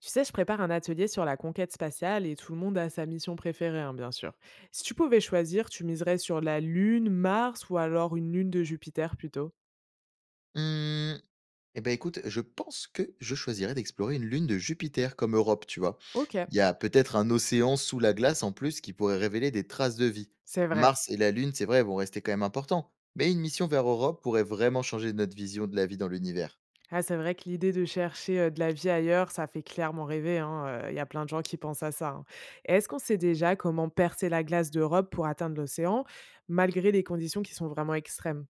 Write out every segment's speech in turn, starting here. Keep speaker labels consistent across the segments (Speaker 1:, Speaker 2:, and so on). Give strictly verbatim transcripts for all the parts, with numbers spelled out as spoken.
Speaker 1: Tu sais, je prépare un atelier sur la conquête spatiale et tout le monde a sa mission préférée, hein, bien sûr. Si tu pouvais choisir, tu miserais sur la Lune, Mars ou alors une Lune de Jupiter plutôt.
Speaker 2: Mmh, et ben écoute, je pense que je choisirais d'explorer une lune de Jupiter comme Europe, tu vois?
Speaker 1: Ok,
Speaker 2: Il y a peut-être un océan sous la glace en plus qui pourrait révéler des traces de vie.
Speaker 1: c'est vrai.
Speaker 2: Mars et la Lune, c'est vrai, vont rester quand même importants, mais une mission vers Europe pourrait vraiment changer notre vision de la vie dans l'univers.
Speaker 1: Ah, c'est vrai que l'idée de chercher euh, de la vie ailleurs, ça fait clairement rêver, hein. Il y a plein de gens qui pensent à ça, hein. Et Est-ce qu'on sait déjà comment percer la glace d'Europe pour atteindre l'océan, malgré les conditions qui sont vraiment extrêmes?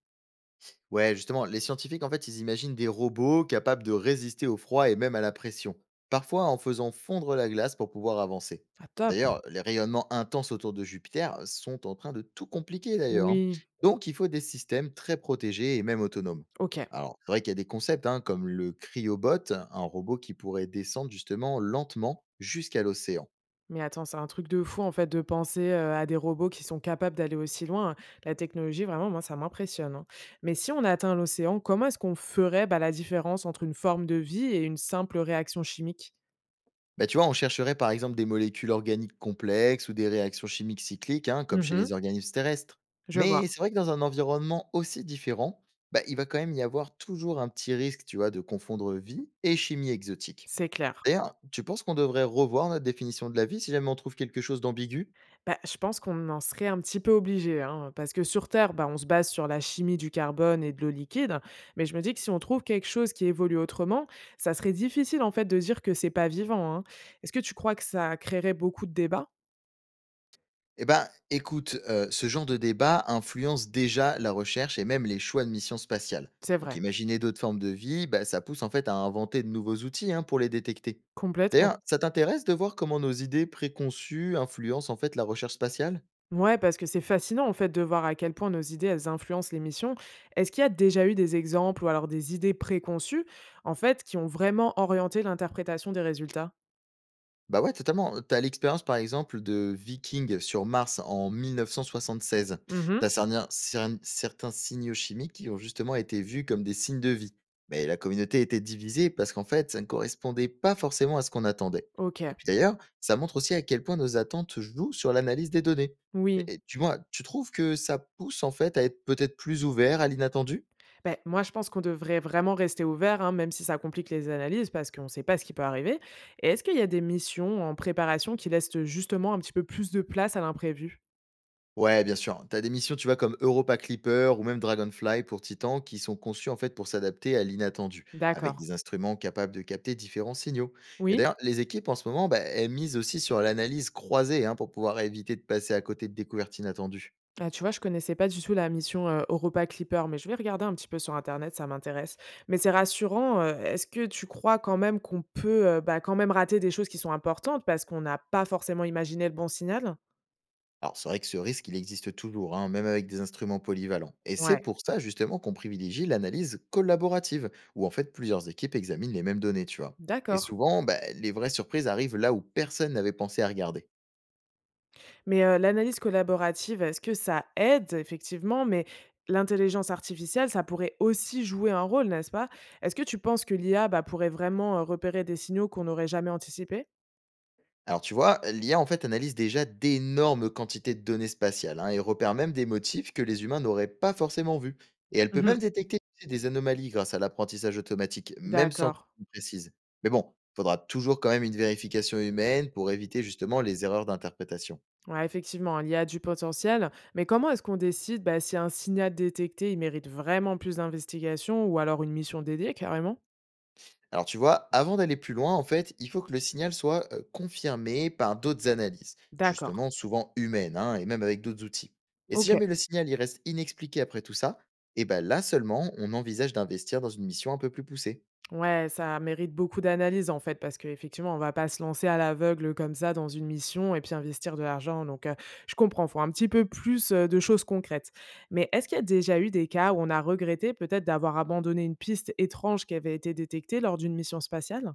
Speaker 2: Ouais, justement, les scientifiques, en fait, ils imaginent des robots capables de résister au froid et même à la pression, parfois en faisant fondre la glace pour pouvoir avancer.
Speaker 1: Ah, top.
Speaker 2: D'ailleurs, les rayonnements intenses autour de Jupiter sont en train de tout compliquer, d'ailleurs, hein.
Speaker 1: Oui,
Speaker 2: Donc, il faut des systèmes très protégés et même autonomes.
Speaker 1: ok.
Speaker 2: Alors, c'est vrai qu'il y a des concepts, hein, comme le cryobot, un robot qui pourrait descendre justement lentement jusqu'à l'océan.
Speaker 1: Mais attends, c'est un truc de fou en fait de penser, heu, à des robots qui sont capables d'aller aussi loin, hein. La technologie, vraiment, moi ça m'impressionne, hein. Mais si on atteint l'océan, comment est-ce qu'on ferait, bah, la différence entre une forme de vie et une simple réaction chimique?
Speaker 2: Bah, tu vois, on chercherait par exemple des molécules organiques complexes ou des réactions chimiques cycliques, hein, comme chez
Speaker 1: Mmh.
Speaker 2: les organismes terrestres.
Speaker 1: Je vois,
Speaker 2: Mais c'est vrai que dans un environnement aussi différent, bah, il va quand même y avoir toujours un petit risque, tu vois, de confondre vie et chimie exotique.
Speaker 1: c'est clair.
Speaker 2: D'ailleurs, tu penses qu'on devrait revoir notre définition de la vie si jamais on trouve quelque chose d'ambigu?
Speaker 1: Bah, je pense qu'on en serait un petit peu obligé, hein, parce que sur Terre, bah, on se base sur la chimie du carbone et de l'eau liquide, mais je me dis que si on trouve quelque chose qui évolue autrement, ça serait difficile en fait de dire que c'est pas vivant, hein. Est-ce que tu crois que ça créerait beaucoup de débats?
Speaker 2: Eh ben, écoute, heu, ce genre de débat influence déjà la recherche et même les choix de missions spatiales.
Speaker 1: C'est
Speaker 2: Donc
Speaker 1: vrai.
Speaker 2: imaginer d'autres formes de vie, bah, ça pousse en fait à inventer de nouveaux outils, hein, pour les détecter.
Speaker 1: Complètement.
Speaker 2: D'ailleurs, ça t'intéresse de voir comment nos idées préconçues influencent en fait la recherche spatiale?
Speaker 1: Ouais, parce que c'est fascinant en fait de voir à quel point nos idées elles influencent l'émission. Est-ce qu'il y a déjà eu des exemples ou alors des idées préconçues en fait qui ont vraiment orienté l'interprétation des résultats?
Speaker 2: Bah ouais, totalement. T'as l'expérience, par exemple, de Viking sur Mars en mille neuf cent soixante-seize.
Speaker 1: Mmh
Speaker 2: Tu
Speaker 1: mh.
Speaker 2: as cerni- cern- certains signaux chimiques qui ont justement été vus comme des signes de vie. Mais la communauté était divisée parce qu'en fait, ça ne correspondait pas forcément à ce qu'on attendait.
Speaker 1: OK.
Speaker 2: Et puis d'ailleurs, ça montre aussi à quel point nos attentes jouent sur l'analyse des données.
Speaker 1: Oui.
Speaker 2: Et, et, tu vois, tu trouves que ça pousse en fait à être peut-être plus ouvert à l'inattendu?
Speaker 1: Ben moi je pense qu'on devrait vraiment rester ouvert, hein, même si ça complique les analyses parce qu'on ne sait pas ce qui peut arriver. Et est-ce qu'il y a des missions en préparation qui laissent, justement, un petit peu plus de place à l'imprévu?
Speaker 2: Ouais, bien sûr. T'as des missions, tu vois, comme Europa Clipper ou même Dragonfly pour Titan, qui sont conçues en fait pour s'adapter à l'inattendu, avec
Speaker 1: D'accord.
Speaker 2: des instruments capables de capter différents signaux. Et
Speaker 1: Oui?
Speaker 2: d'ailleurs, les équipes en ce moment, bah, elles misent aussi sur l'analyse croisée, hein, pour pouvoir éviter de passer à côté de découvertes inattendues.
Speaker 1: Ah, tu vois, je connaissais pas du tout la mission euh, Europa Clipper, mais je vais regarder un petit peu sur Internet, ça m'intéresse. Mais c'est rassurant. euh, Est-ce que tu crois quand même qu'on peut, euh, bah, quand même rater des choses qui sont importantes parce qu'on n'a pas forcément imaginé le bon signal?
Speaker 2: Alors, c'est vrai que ce risque, il existe toujours, hein, même avec des instruments polyvalents. Et c'est
Speaker 1: Ouais,
Speaker 2: pour ça, justement, qu'on privilégie l'analyse collaborative, où en fait plusieurs équipes examinent les mêmes données, tu vois. Et
Speaker 1: d'accord.
Speaker 2: souvent, bah, les vraies surprises arrivent là où personne n'avait pensé à regarder.
Speaker 1: Mais euh, l'analyse collaborative, est-ce que ça aide effectivement? Mais l'intelligence artificielle, ça pourrait aussi jouer un rôle, n'est-ce pas? Est-ce que tu penses que l'I A, bah, pourrait vraiment euh, repérer des signaux qu'on n'aurait jamais anticipés?
Speaker 2: Alors tu vois, l'I A en fait analyse déjà d'énormes quantités de données spatiales, hein, et repère même des motifs que les humains n'auraient pas forcément vus. Et elle peut même
Speaker 1: Mhm.
Speaker 2: détecter des anomalies grâce à l'apprentissage automatique, même sans
Speaker 1: D'accord.
Speaker 2: qu'on précise. Mais bon, il faudra toujours quand même une vérification humaine pour éviter justement les erreurs d'interprétation.
Speaker 1: Ouais, effectivement, hein, il y a du potentiel, mais comment est-ce qu'on décide, bah, si un signal détecté, il mérite vraiment plus d'investigation ou alors une mission dédiée carrément?
Speaker 2: Alors tu vois, avant d'aller plus loin, en fait, il faut que le signal soit euh, confirmé par d'autres analyses,
Speaker 1: D'accord,
Speaker 2: justement souvent humaines, hein, et même avec d'autres outils. Et si
Speaker 1: ok.
Speaker 2: jamais le signal il reste inexpliqué après tout ça, et ben là seulement, on envisage d'investir dans une mission un peu plus poussée.
Speaker 1: Ouais, ça mérite beaucoup d'analyse en fait, parce qu'effectivement, on va pas se lancer à l'aveugle comme ça dans une mission et puis investir de l'argent. Donc, euh, je comprends, faut un petit peu plus euh, de choses concrètes. Mais est-ce qu'il y a déjà eu des cas où on a regretté peut-être d'avoir abandonné une piste étrange qui avait été détectée lors d'une mission spatiale?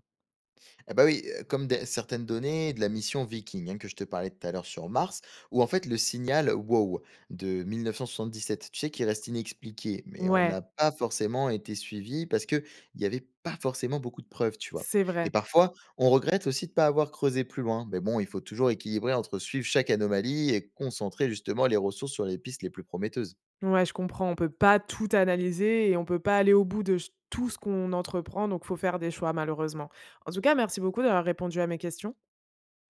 Speaker 2: Eh bah, oui, heu, comme des certaines données de la mission Viking, hein, que je te parlais tout à l'heure sur Mars, ou en fait le signal WOW de mille neuf cent soixante-dix-sept, tu sais, qui reste inexpliqué, mais on
Speaker 1: Ouais,
Speaker 2: n'a pas forcément été suivis parce qu'il y avait pas forcément beaucoup de preuves, tu vois?
Speaker 1: c'est
Speaker 2: Et
Speaker 1: vrai.
Speaker 2: parfois, on regrette aussi de ne pas avoir creusé plus loin, mais bon, il faut toujours équilibrer entre suivre chaque anomalie et concentrer justement les ressources sur les pistes les plus prometteuses.
Speaker 1: Ouais, je comprends. On peut pas tout analyser et on peut pas aller au bout de ch- tout ce qu'on entreprend, donc faut faire des choix malheureusement. En tout cas, merci beaucoup d'avoir répondu à mes questions.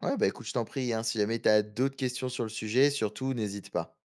Speaker 2: Ouais, bah, écoute, je t'en prie, hein, si jamais tu as d'autres questions sur le sujet, surtout n'hésite pas.